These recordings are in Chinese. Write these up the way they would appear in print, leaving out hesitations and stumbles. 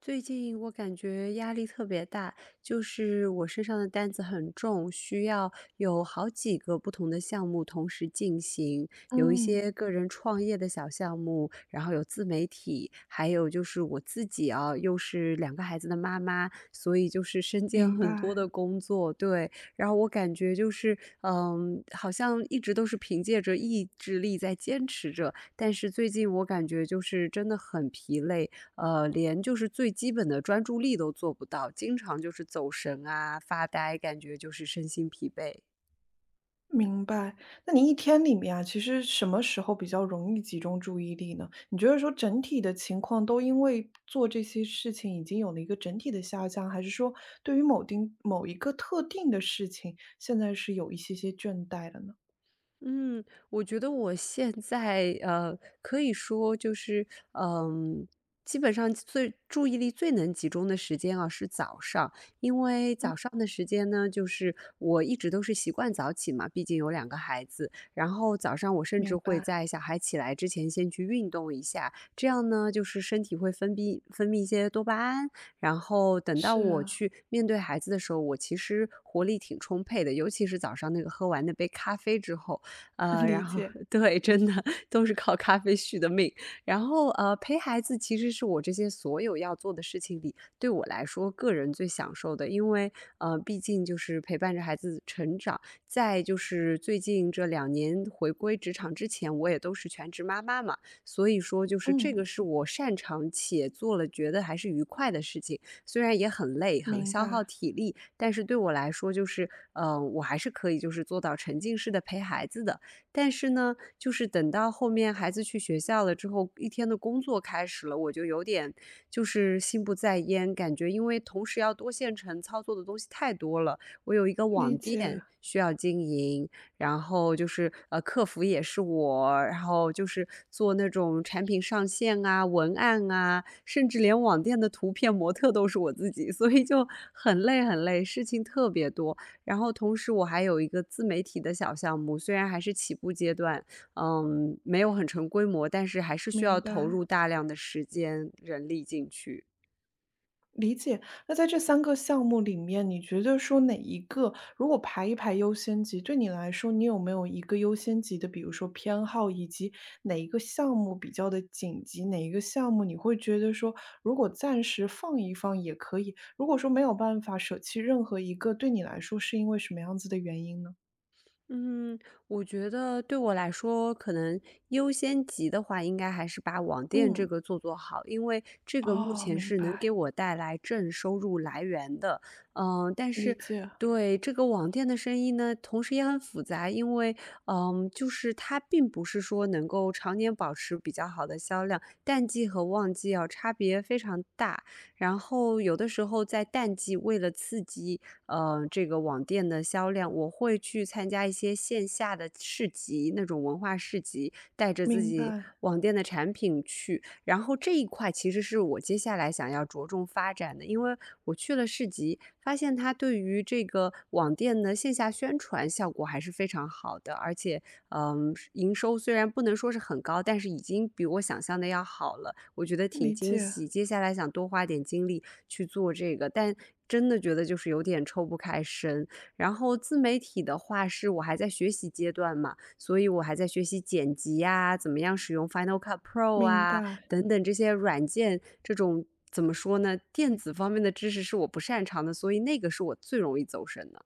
最近我感觉压力特别大，就是我身上的担子很重，需要有好几个不同的项目同时进行，有一嗯，些个人创业的小项目，然后有自媒体，还有就是我自己啊，又是两个孩子的妈妈，所以就是身兼明很多白的工作，对。然后我感觉就是，嗯，好像一直都是凭借着意志力在坚持着，但是最近我感觉就是真的很疲累，连就是最基本的专注力都做不到，经常就是走神啊、发呆，感觉就是身心疲惫。明白。那你一天里面啊，其实什么时候比较容易集中注意力呢？你觉得说整体的情况都因为做这些事情已经有了一个整体的下降，还是说对于某一个特定的事情，现在是有一些些倦怠了呢？嗯，我觉得我现在可以说就是，嗯，基本上最注意力最能集中的时间啊是早上，因为嗯，早上的时间呢，就是我一直都是习惯早起嘛，毕竟有两个孩子，然后早上我甚至明会白，在小孩起来之前先去运动一下，这样呢，就是身体会分泌一些多巴胺，然后等到是我啊，去面对孩子的时候，我其实活力挺充沛的，尤其是早上那个喝完那杯咖啡之后。理然后 解，对，真的都是靠咖啡续的命。然后陪孩子其实是我这些所有要做的事情里，对我来说个人最享受的，因为毕竟就是陪伴着孩子成长。再就是最近这两年回归职场之前，我也都是全职妈妈嘛，所以说就是这嗯，个是我擅长且做了觉得还是愉快的事情，虽然也很累，很明消耗白，体力，但是对我来说就是，我还是可以就是做到沉浸式的陪孩子的。但是呢，就是等到后面孩子去学校了之后，一天的工作开始了，我就有点就是心不在焉，感觉因为同时要多线程操作的东西太多了。我有一个网理店解，需要经营，然后就是客服也是我，然后就是做那种产品上线啊、文案啊，甚至连网店的图片模特都是我自己，所以就很累很累，事情特别多。然后同时我还有一个自媒体的小项目，虽然还是起步阶段，嗯，没有很成规模，但是还是需明要投白。入大量的时间、人力进去。理解。那在这三个项目里面，你觉得说哪一个如果排一排优先级，对你来说，你有没有一个优先级的，比如说偏好，以及哪一个项目比较的紧急，哪一个项目你会觉得说，如果暂时放一放也可以，如果说没有办法舍弃任何一个，对你来说是因为什么样子的原因呢？嗯，我觉得对我来说，可能优先级的话，应该还是把网店这嗯。个做做好，因为这个目哦，前明是能给白，我带来正收入来源的。嗯，但理是解，对这个网店的生意呢，同时也很复杂，因为嗯，就是它并不是说能够常年保持比较好的销量，淡季和旺季要差别非常大。然后有的时候在淡季，为了刺激。这个网店的销量，我会去参加一些线下的市集，那种文化市集，带着自明己白，网店的产品去。然后这一块其实是我接下来想要着重发展的，因为我去了市集，发现它对于这个网店的线下宣传效果还是非常好的，而且，嗯，营收虽然不能说是很高，但是已经比我想象的要好了，我觉得挺理惊解，喜。接下来想多花点精力。去做这个，但真的觉得就是有点抽不开身。然后自媒体的话，是我还在学习阶段嘛，所以我还在学习剪辑呀，怎么样使用 Final Cut Pro 明啊，白。等等这些软件，这种怎么说呢，电子方面的知识是我不擅长的，所以那个是我最容易走神的。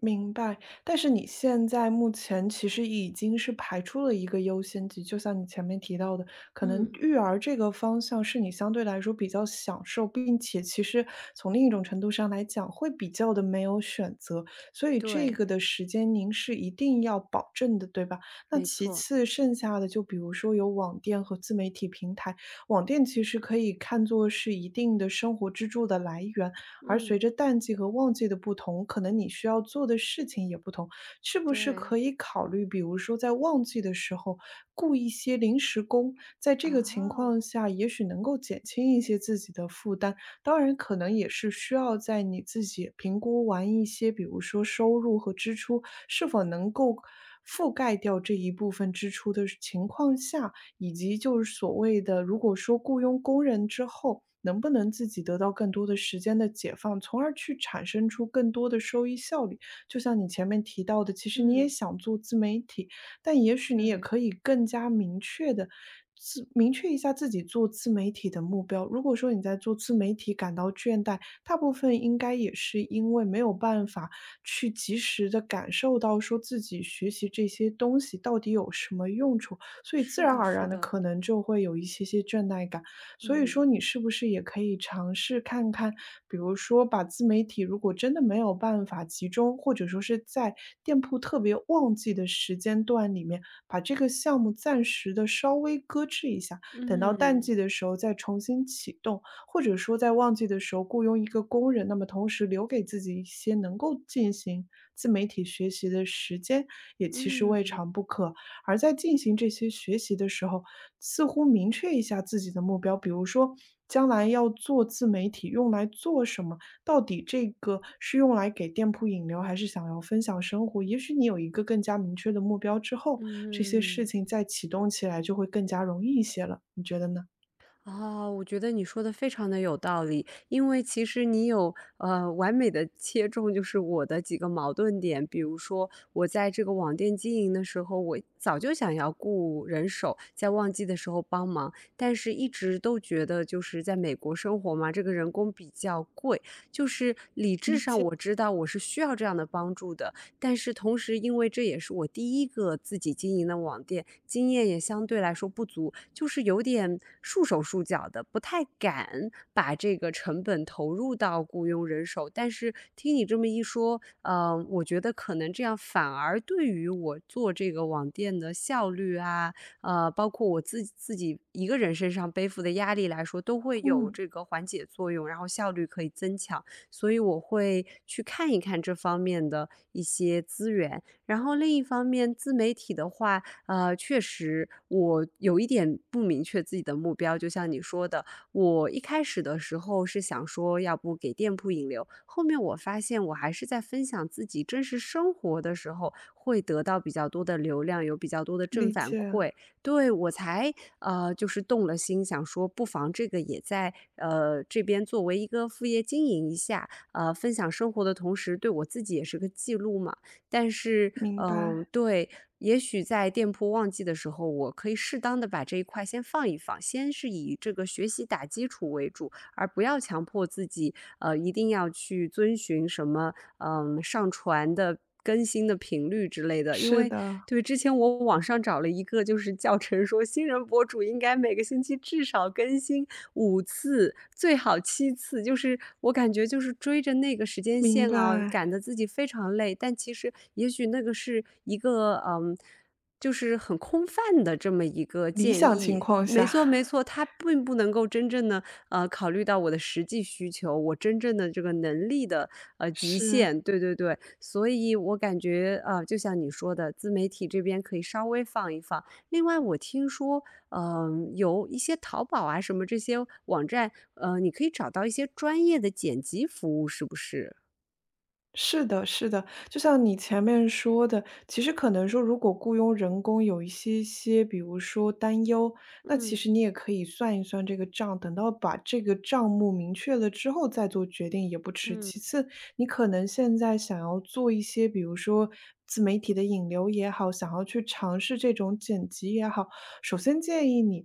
明白，但是你现在目前其实已经是排出了一个优先级，就像你前面提到的，可能嗯，育儿这个方向是你相对来说比较享受，并且其实从另一种程度上来讲，会比较的没有选择，所以这对，个的时间您是一定要保证的，对吧？那没其错。次剩下的就比如说有网店和自媒体平台，网店其实可以看作是一定的生活支柱的来源。而嗯，随着淡季和旺季的不同，可能你需要做的事情也不同。是不是可对，以考虑，比如说在旺季的时候雇一些临时工，在这个情啊，况下，也许能够减轻一些自己的负担。当然，可能也是需要在你自己评估完一些，比如说收入和支出是否能够覆盖掉这一部分支出的情况下，以及就是所谓的，如果说雇佣工人之后，能不能自己得到更多的时间的解放，从而去产生出更多的收益效率。就像你前面提到的，其实你也嗯，想做自媒体，但也许你也对，可以更加明确的明确一下自己做自媒体的目标。如果说你在做自媒体感到倦怠，大部分应该也是因为没有办法去及时的感受到说自己学习这些东西到底有什么用处，所以自是然的，而是然的，的，可能就会有一些些倦怠感。所以嗯说你是不是也可以尝试看看，比如说把自媒体如果真的没有办法集中，或者说是在店铺特别旺季的时间段里面，把这个项目暂时的稍微搁置一下，等到淡嗯。季的时候再重新启动，或者说在旺季的时候雇佣一个工人，那么同时留给自己一些能够进行自媒体学习的时间，也其实未嗯尝不可。而在进行这些学习的时候，似乎明确一下自己的目标，比如说将来要做自媒体，用来做什么？到底这个是用来给店铺引流，还是想要分享生活？也许你有一个更加明确的目标之后，这些事嗯。情再启动起来就会更加容易一些了，你觉得呢？哦，我觉得你说的非常的有道理。因为其实你有，完美的切中就是我的几个矛盾点。比如说我在这个网店经营的时候，我早就想要雇人手，在旺季的时候帮忙，但是一直都觉得就是在美国生活嘛，这个人工比较贵。就是理智理上解，我知道我是需要这样的帮助的，但是同时，因为这也是我第一个自己经营的网店，经验也相对来说不足，就是有点束手束脚的，不太敢把这个成本投入到雇佣人手。但是听你这么一说，我觉得可能这样反而对于我做这个网店的效率啊，包括我自己一个人身上背负的压力来说，都会有嗯，这个缓解作用，然后效率可以增强。所以我会去看一看这方面的一些资源。然后另一方面，自媒体的话，确实我有一点不明确自己的目标，就像你说的，我一开始的时候是想说，要不给店铺引流，后面我发现我还是在分享自己真实生活的时候，会得到比较多的流量，有比较多的正理反解，馈。对，我才就是动了心，想说不妨这个也在这边作为一个副业经营一下，分享生活的同时，对我自己也是个记录嘛。但是，明嗯，白，对，也许在店铺旺季的时候，我可以适当的把这一块先放一放，先是以这个学习打基础为主，而不要强迫自己，一定要去遵循什么，嗯，上传的。更新的频率之类的，因是为的，对之前我网上找了一个，就是教程说新人博主应该每个星期至少更新5次，最好7次。就是我感觉就是追着那个时间明线啊，赶白，得自己非常累。但其实也许那个是一个嗯，就是很空泛的这么一个理建想情议。况没下 错，没错，它并不能够真正的考虑到我的实际需求，我真正的这个能力的，极是。限，对对对。所以我感觉，啊，就像你说的，自媒体这边可以稍微放一放。另外我听说，嗯，有一些淘宝啊什么这些网站，你可以找到一些专业的剪辑服务，是不是？是的，是的，就像你前面说的，其实可能说，如果雇佣人工有一些些，比如说担忧，那其嗯实你也可以算一算这个账，等到把这个账目明确了之后再做决定也不迟。嗯其次，你可能现在想要做一些，比如说自媒体的引流也好，想要去尝试这种剪辑也好，首先建议你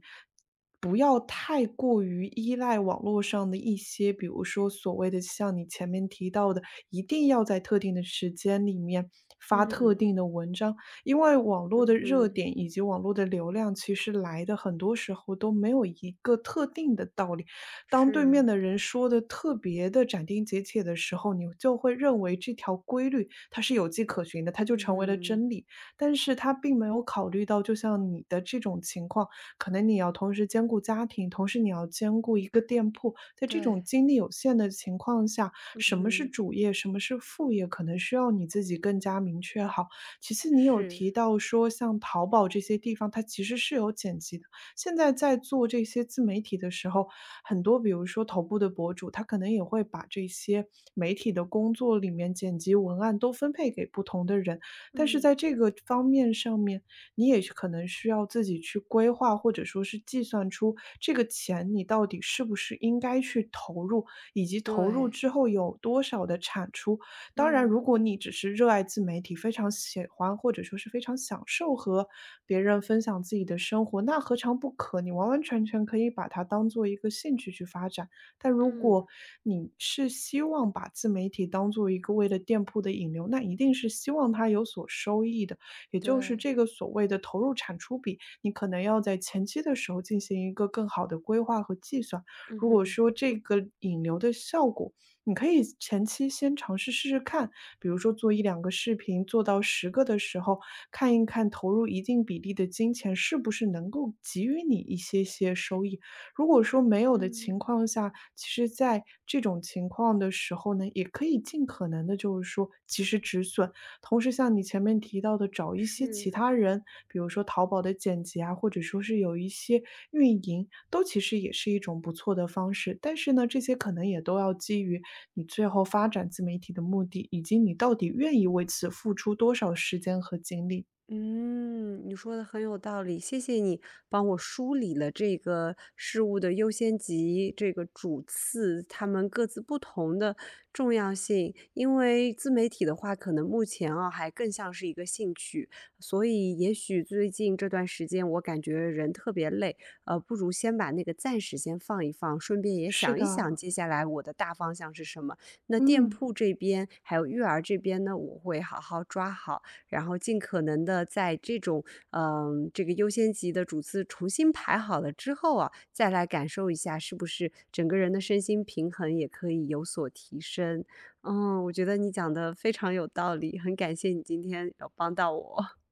不要太过于依赖网络上的一些，比如说所谓的像你前面提到的，一定要在特定的时间里面发特嗯定的文章，因为网嗯络的热哼，点以及网络的流量，其实来的很多时候都没有一个特定的道理。当对面是，的人说的特别的斩钉截铁的时候，你就会认为这条规律它是有迹可循的，它嗯就成为了哼，真理。但是他并没有考虑到，就像你的这种情况，可能你要同时兼顾家庭，同时你要兼顾一个店铺，在这种对，精力有限的情况下，嗯什么是哼，主业，什么是副业，可能需要你自己更加明确好。其次，你有是，提到说像淘宝这些地方，它其实是有剪辑的。现在在做这些自媒体的时候，很多比如说头部的博主，他可能也会把这些媒体的工作里面剪辑、文案都分配给不同的人，但是嗯，在这个方面上面，你也是可能需要自己去规划，或者说是计算出这个钱你到底是不是应该去投入，以及投入对，之后有多少的产出。当然，嗯如果你只是热爱自媒体，非常喜欢或者说是非常享受和别人分享自己的生活，那何尝不可？你完完全全可以把它当做一个兴趣去发展。但如嗯，果你是希望把自媒体当做一个为了店铺的引流，那一定是希望它有所收益的，也就是对。这个所谓的投入产出比，你可能要在前期的时候进行一个更好的规划和计算。嗯如果哼，说这个引流的效果你可以前期先尝试试试看，比如说做一两个视频，做到10个的时候，看一看投入一定比例的金钱是不是能够给予你一些些收益。如果说没有的情嗯，况下，其实在这种情况的时候呢，也可以尽可能的，就是说及时止损，同时像你前面提到的，找一些是。其他人，比如说淘宝的剪辑啊，或者说是有一些运营，都其实也是一种不错的方式。但是呢，这些可能也都要基于你最后发展自媒体的目的，以及你到底愿意为此付出多少时间和精力。嗯，你说的很有道理，谢谢你帮我梳理了这个事物的优先级、这个主次，它们各自不同的重要性。因为自媒体的话，可能目前啊还更像是一个兴趣，所以也许最近这段时间我感觉人特别累，不如先把那个暂时先放一放，顺便也是想一的，想接下来我的大方向是什么。那店嗯铺这边还有育儿这边呢，我会好好抓好。然后尽可能的在这种嗯这个优先级的主次重新排好了之后啊，再来感受一下是不是整个人的身心平衡也可以有所提升。嗯，我觉得你讲的非常有道理，很感谢你今天有帮到我。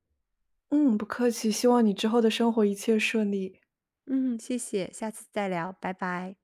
嗯，不客气，希望你之后的生活一切顺利。嗯，谢谢，下次再聊，拜拜。